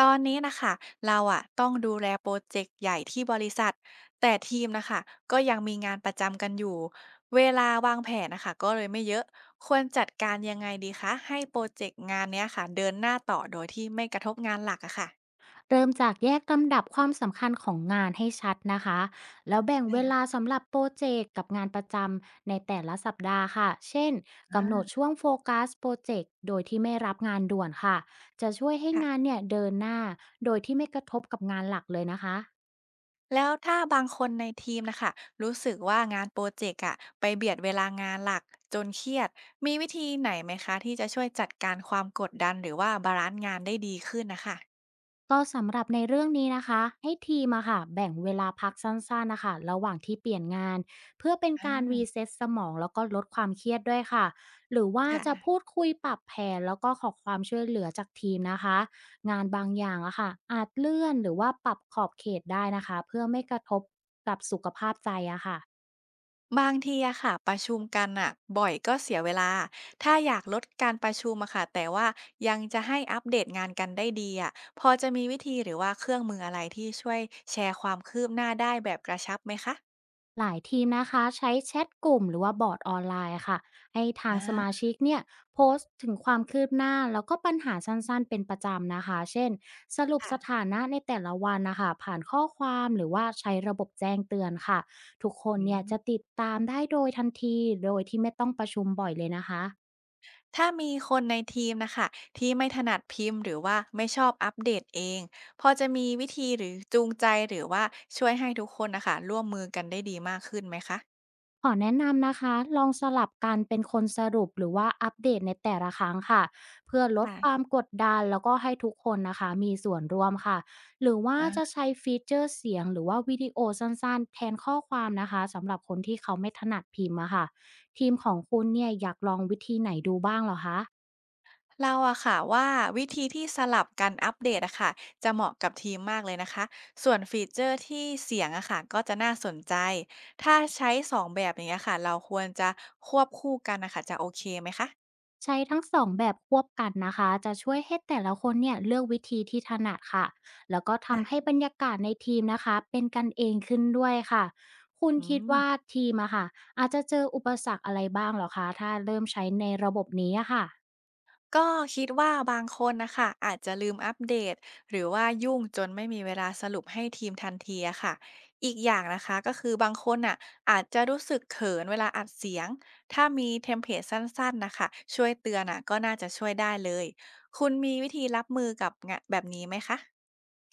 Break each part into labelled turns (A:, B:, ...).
A: ตอนนี้นะคะเราอะต้องดูแลโปรเจกต์ใหญ่ที่บริษัทแต่ทีมนะคะก็ยังมีงานประจำกันอยู่เวลาวางแผนน่ะคะก็เลยไม่เยอะควรจัดการยังไงดีคะให้โปรเจกต์งานเนี้ยค่ะเดินหน้าต่อโดยที่ไม่กระทบงานหลักอะค่ะ
B: เริ่มจากแยกลำดับความสำคัญของงานให้ชัดนะคะ แล้วแบ่งเวลา
A: ค่ะ
B: สำหรับโปรเจกต์กับงานประจำในแต่ละสัปดาห์ค่ะ เช่นกำหนด
A: อา
B: ช่วงโฟกัสโปรเจกต์โดยที่ไม่รับงานด่วนค่ะ จะช่วยให้งาน
A: ค่ะ
B: เนี่ยเดินหน้าโดยที่ไม่กระทบกับงานหลักเลยนะคะ
A: แล้วถ้าบางคนในทีมนะคะรู้สึกว่างานโปรเจกต์อะไปเบียดเวลางานหลักจนเครียดมีวิธีไหนไหมคะที่จะช่วยจัดการความกดดันหรือว่าบาลานซ์งานได้ดีขึ้นนะคะ
B: ก็สำหรับในเรื่องนี้นะคะให้ทีมอะค่ะแบ่งเวลาพักสั้นๆนะคะระหว่างที่เปลี่ยนงานเพื่อเป็น
A: อ
B: การรี
A: า
B: เซ็ตสมองแล้วก็ลดความเครียดด้วยค่ะหรือว่าจะพู
A: ค่ะ
B: ดคุยปรับแผนแล้วก็ขอความช่วยเหลือจากทีมนะคะงานบางอย่างอะค่ะอาจเลื่อนหรือว่าปรับขอบเขตได้นะคะเพื่อไม่กระทบกับสุขภาพใจอะค่ะ
A: บางทีอะค่ะประชุมกันอะบ่อยก็เสียเวลาถ้าอยากลดการประชุมอะค่ะแต่ว่ายังจะให้อัปเดตงานกันได้ดีอะพอจะมีวิธีหรือว่าเครื่องมืออะไรที่ช่วยแชร์ความคืบหน้าได้แบบกระชับไหมคะ
B: หลายทีมนะคะใช้แชทกลุ่มหรือว่าบอร์ดออนไลน์ค่ะให้ทา
A: อ่
B: งสมา
A: า
B: ชิกเนี่ยโพสต์ถึงความคืบหน้าแล้วก็ปัญหาสั้นๆเป็นประจำนะคะเช่นสรุป
A: ค่ะ
B: สถานะในแต่ละวันนะคะผ่านข้อความหรือว่าใช้ระบบแจ้งเตือนค่ะทุกคน
A: อื
B: เนี่
A: ม
B: ยจะติดตามได้โดยทันทีโดยที่ไม่ต้องประชุมบ่อยเลยนะคะ
A: ถ้ามีคนในทีมนะคะที่ไม่ถนัดพิมพ์หรือว่าไม่ชอบอัปเดตเองพอจะมีวิธีหรือจูงใจหรือว่าช่วยให้ทุกคนนะคะร่วมมือกันได้ดีมากขึ้นไหมคะ
B: ขอแนะนำนะคะ ลองสลับกันเป็นคนสรุปหรือว่าอัปเดตในแต่ละครั้งค่ะเพื่อลดควา
A: ค่
B: มกดดันแล้วก็ให้ทุกคนนะคะมีส่วนร่วมค่ะหรือว่าจะ
A: ะ
B: ใช้ฟีเจอร์เสียงหรือว่าวิดีโอสั้นๆแทนข้อความนะคะสำหรับคนที่เขาไม่ถนัดพิมพ์อะค่ะทีมของคุณเนี่ยอยากลองวิธีไหนดูบ้างเหรอคะ
A: เราอะค่ะว่าวิธีที่สลับกันอัปเดตอะค่ะจะเหมาะกับทีมมากเลยนะคะส่วนฟีเจอร์ที่เสียงอะค่ะก็จะน่าสนใจถ้าใช้สองแบบอย่างเงี้ยค่ะเราควรจะควบคู่กันนะคะจะโอเคไหมคะ
B: ใช้ทั้งสองแบบควบกันนะคะ จะช่วยให้แต่ละคนเนี่ยเลือกวิธีที่ถนัดค่ะ แล้วก็ทำให้
A: ค่ะ
B: บรรยากาศในทีมนะคะเป็นกันเองขึ้นด้วยค่ะ คุณ
A: อื
B: คิด
A: ม
B: ว่าทีมอะค่ะอาจจะเจออุปสรรคอะไรบ้างเหรอคะถ้าเริ่มใช้ในระบบนี้อะค่ะ
A: ก็คิดว่าบางคนนะคะอาจจะลืมอัปเดตหรือว่ายุ่งจนไม่มีเวลาสรุปให้ทีมทันทีอะค่ะอีกอย่างนะคะก็คือบางคนน่ะอาจจะรู้สึกเขินเวลาอัดเสียงถ้ามีเทมเพลตสั้นๆนะคะช่วยเตือนน่ะก็น่าจะช่วยได้เลยคุณมีวิธีรับมือกับงะแบบนี้ไหมคะ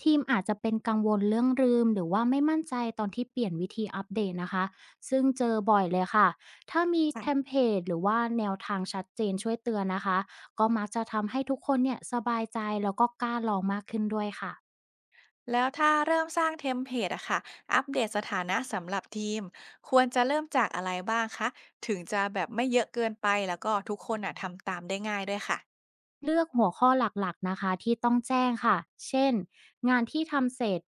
B: ทีมอาจจะเป็นกังวลเรื่องลืมหรือว่าไม่มั่นใจตอนที่เปลี่ยนวิธีอัปเดตนะคะซึ่งเจอบ่อยเลยค่ะถ้ามีเทม
A: ค่ะ
B: เพลตหรือว่าแนวทางชัดเจนช่วยเตือนนะคะก็มักจะทำให้ทุกคนเนี่ยสบายใจแล้วก็กล้าลองมากขึ้นด้วยค่ะ
A: แล้วถ้าเริ่มสร้างเทมเพลตอะค่ะอัปเดตสถานะสำหรับทีมควรจะเริ่มจากอะไรบ้างคะถึงจะแบบไม่เยอะเกินไปแล้วก็ทุกคนน่ะทำตามได้ง่ายด้วยค่ะ
B: เลือกหัวข้อหลักๆนะคะที่ต้องแจ้งค่ะ เช่นงานที่ทำเสร็จ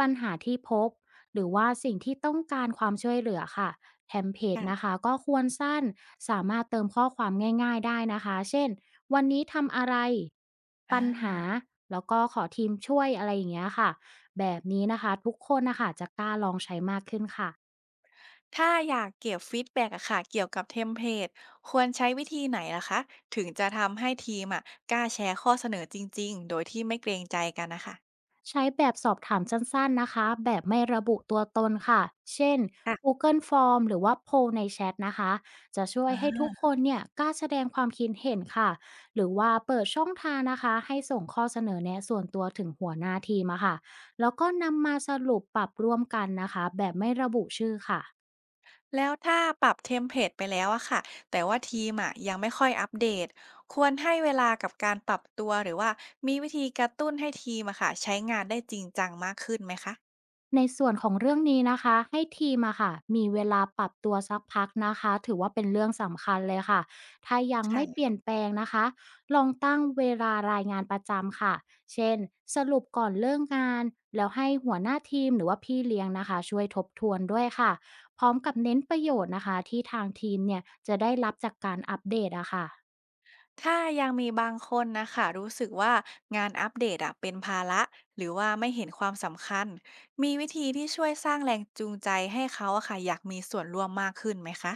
B: ปัญหาที่พบหรือว่าสิ่งที่ต้องการความช่วยเหลือค่ะเทมเพลตนะคะก็ควรสั้นสามารถเติมข้อความง่ายๆได้นะคะเช่นวันนี้ทำอะไร
A: อ
B: ปัญหา
A: า
B: แล้วก็ขอทีมช่วยอะไรอย่างเงี้ยค่ะแบบนี้นะคะทุกคนนะคะจะกล้าลองใช้มากขึ้นค่ะ
A: ถ้าอยากเก็บฟีดแบ็กอะค่ะเกี่ยวกับเทมเพลตควรใช้วิธีไหนล่ะคะถึงจะทำให้ทีมอะกล้าแชร์ข้อเสนอจริงๆโดยที่ไม่เกรงใจกันน่ะค่ะ
B: ใช้แบบสอบถามสั้นๆ นะคะ แบบไม่ระบุตัวตนค่ะ เช่น
A: ค่ะ
B: Google Form หรือว่าโพลในแชทนะคะ จะช่วย
A: อา
B: ให้ทุกคนเนี่ยกล้าแสดงความคิดเห็นค่ะ หรือว่าเปิดช่องทางนะคะให้ส่งข้อเสนอแนะส่วนตัวถึงหัวหน้าทีมอะค่ะ แล้วก็นำมาสรุปปรับร่วมกันนะคะ แบบไม่ระบุชื่อค่ะ
A: แล้วถ้าปรับเทมเพลตไปแล้วอะค่ะแต่ว่าทีมอะยังไม่ค่อยอัปเดตควรให้เวลากับการปรับตัวหรือว่ามีวิธีกระตุ้นให้ทีมอะค่ะใช้งานได้จริงจังมากขึ้นไหมคะ
B: ในส่วนของเรื่องนี้นะคะให้ทีมอะค่ะมีเวลาปรับตัวสักพักนะคะถือว่าเป็นเรื่องสำคัญเลยค่ะถ้ายังไม่เป
A: ค่ะ
B: ลี่ยนแปลงนะคะลองตั้งเวลารายงานประจำค่ะเช่นสรุปก่อนเลิกงานแล้วให้หัวหน้าทีมหรือว่าพี่เลี้ยงนะคะช่วยทบทวนด้วยค่ะพร้อมกับเน้นประโยชน์นะคะที่ทางทีมเนี่ยจะได้รับจากการอัปเดตอะค่ะ
A: ถ้ายังมีบางคนนะคะรู้สึกว่างานอัปเดตอะเป็นภาระหรือว่าไม่เห็นความสำคัญมีวิธีที่ช่วยสร้างแรงจูงใจให้เขาอะค่ะอยากมีส่วนร่วมมากขึ้นไหมคะ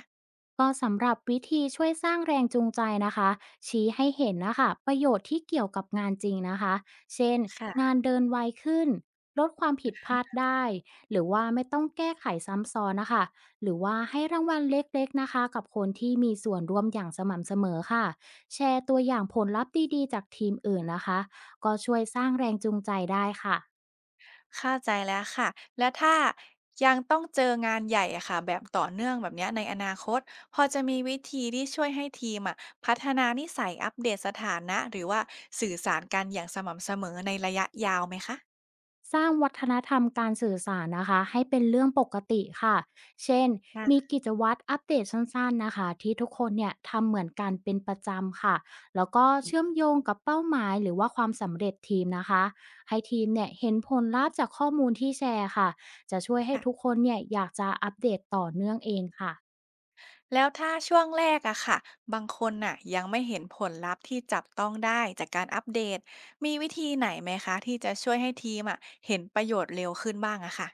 B: ก็สำหรับวิธีช่วยสร้างแรงจูงใจนะคะชี้ให้เห็นนะคะประโยชน์ที่เกี่ยวกับงานจริงนะคะเช่นงา
A: ค่ะ
B: นเดินไวขึ้นลดความผิดพลาดได้หรือว่าไม่ต้องแก้ไขซ้ำซ้อนนะคะหรือว่าให้รางวัลเล็กๆนะคะกับคนที่มีส่วนร่วมอย่างสม่ำเสมอค่ะแชร์ตัวอย่างผลลัพธ์ดีๆจากทีมอื่นนะคะก็ช่วยสร้างแรงจูงใจได้ค่ะ
A: เข้าใจแล้วค่ะและถ้ายังต้องเจองานใหญ่อะค่ะแบบต่อเนื่องแบบเนี้ยในอนาคตพอจะมีวิธีที่ช่วยให้ทีมอะพัฒนานิสัยอัปเดตสถานะหรือว่าสื่อสารกันอย่างสม่ำเสมอในระยะยาวไหมคะ
B: สร้างวัฒนธรรมการสื่อสารนะคะให้เป็นเรื่องปกติค่ะ เช่น
A: ได
B: มี
A: ้
B: กิจวัตรอัปเดตสั้นๆนะคะที่ทุกคนเนี่ยทำเหมือนกันเป็นประจำค่ะ แล้วก็เชื่อมโยงกับเป้าหมายหรือว่าความสำเร็จทีมนะคะให้ทีมเนี่ยเห็นผลลัพธ์จากข้อมูลที่แชร์ค่ะจะช่วยให้ทุก
A: ค่ะ
B: คนเนี่ยอยากจะอัปเดตต่อเนื่องเองค่ะ
A: แล้วถ้าช่วงแรกอะค่ะบางคนน่ะยังไม่เห็นผลลัพธ์ที่จับต้องได้จากการอัปเดตมีวิธีไหนไหมคะที่จะช่วยให้ทีมอะเห็นประโยชน์เร็วขึ้นบ้างอะค่ะ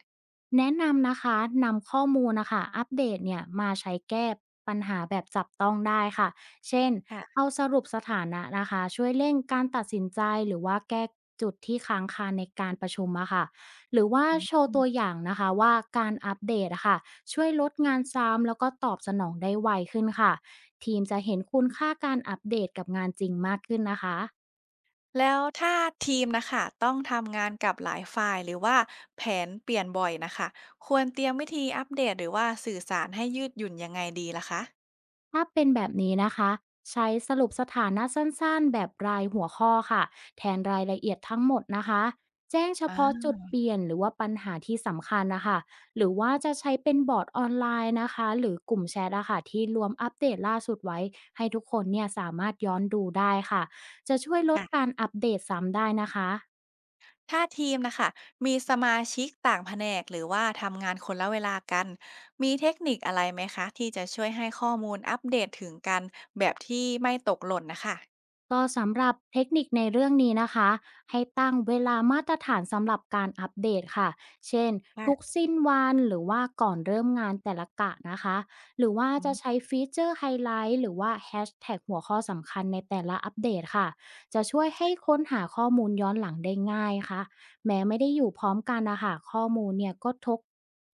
B: แนะนำนะคะนำข้อมูลนะคะอัปเดตเนี่ยมาใช้แก้ปัญหาแบบจับต้องได้ค่ะเช่นเอา
A: ค่ะ
B: สรุปสถานะนะคะช่วยเร่งการตัดสินใจหรือว่าแก้จุดที่ค้างคาในการประชุมอะค่ะหรือว่า
A: อื
B: โชว์ตัวอ
A: ม
B: ย่างนะคะว่าการอัปเดตอะค่ะช่วยลดงานซ้ำแล้วก็ตอบสนองได้ไวขึ้นค่ะทีมจะเห็นคุณค่าการอัปเดตกับงานจริงมากขึ้นนะคะ
A: แล้วถ้าทีมนะคะต้องทำงานกับหลายฝ่ายหรือว่าแผนเปลี่ยนบ่อยนะคะควรเตรียมวิธีอัปเดตหรือว่าสื่อสารให้ยืดหยุ่นยังไงดีล่ะคะ
B: ถ้าเป็นแบบนี้นะคะใช้สรุปสถานะสั้นๆแบบรายหัวข้อค่ะแทนรายละเอียดทั้งหมดนะคะแจ้งเฉ
A: อ่า
B: พาะจุดเปลี่ยนหรือว่าปัญหาที่สำคัญนะคะหรือว่าจะใช้เป็นบอร์ดออนไลน์นะคะหรือกลุ่มแชทอะค่ะที่รวมอัปเดตล่าสุดไว้ให้ทุกคนเนี่ยสามารถย้อนดูได้ค่ะจะช่วยลดกา
A: ค่ะ
B: รอัปเดตซ้ำได้นะคะ
A: ถ้าทีมนะคะมีสมาชิกต่างแผนกหรือว่าทำงานคนละเวลากันมีเทคนิคอะไรไหมคะที่จะช่วยให้ข้อมูลอัปเดตถึงกันแบบที่ไม่ตกหล่นนะคะ
B: ก็สำหรับเทคนิคในเรื่องนี้นะคะให้ตั้งเวลามาตรฐานสำหรับการอัปเดตค่ะเช่นทุก
A: ค่ะ
B: สิ้นวันหรือว่าก่อนเริ่มงานแต่ละกะนะคะหรือว่า
A: อื
B: จะใช้
A: ม
B: ฟีเจอร์ไฮไลท์หรือว่าแฮชแท็กหัวข้อสำคัญในแต่ละอัปเดตค่ะจะช่วยให้ค้นหาข้อมูลย้อนหลังได้ง่ายค่ะแม้ไม่ได้อยู่พร้อมกันนะคะข้อมูลเนี่ยก็ทก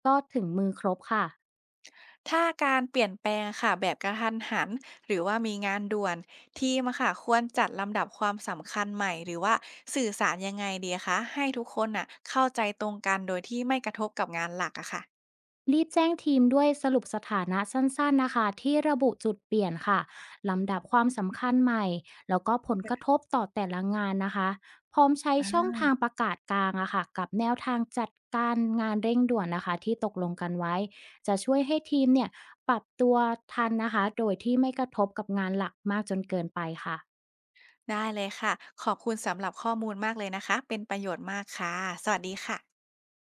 B: ก็ถึงมือครบค่ะ
A: ถ้าการเปลี่ยนแปลงค่ะแบบกระทันหันหรือว่ามีงานด่วนทีมอะค่ะควรจัดลำดับความสำคัญใหม่หรือว่าสื่อสารยังไงดีคะให้ทุกคนน่ะเข้าใจตรงกันโดยที่ไม่กระทบกับงานหลักอะค่ะ
B: รีบแจ้งทีมด้วยสรุปสถานะสั้นๆนะคะที่ระบุจุดเปลี่ยนค่ะลำดับความสำคัญใหม่แล้วก็ผลกระทบต่อแต่ละงานนะคะพร้อมใช้ช่องทางประกาศกลางอะค่ะกับแนวทางจัดการงานเร่งด่วนนะคะที่ตกลงกันไว้จะช่วยให้ทีมเนี่ยปรับตัวทันนะคะโดยที่ไม่กระทบกับงานหลักมากจนเกินไปค่ะ
A: ได้เลยค่ะขอบคุณสำหรับข้อมูลมากเลยนะคะเป็นประโยชน์มากค่ะสวัสดีค่ะ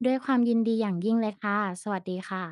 B: ด้วยความยินดีอย่างยิ่งเลยค่ะสวัสดีค่ะ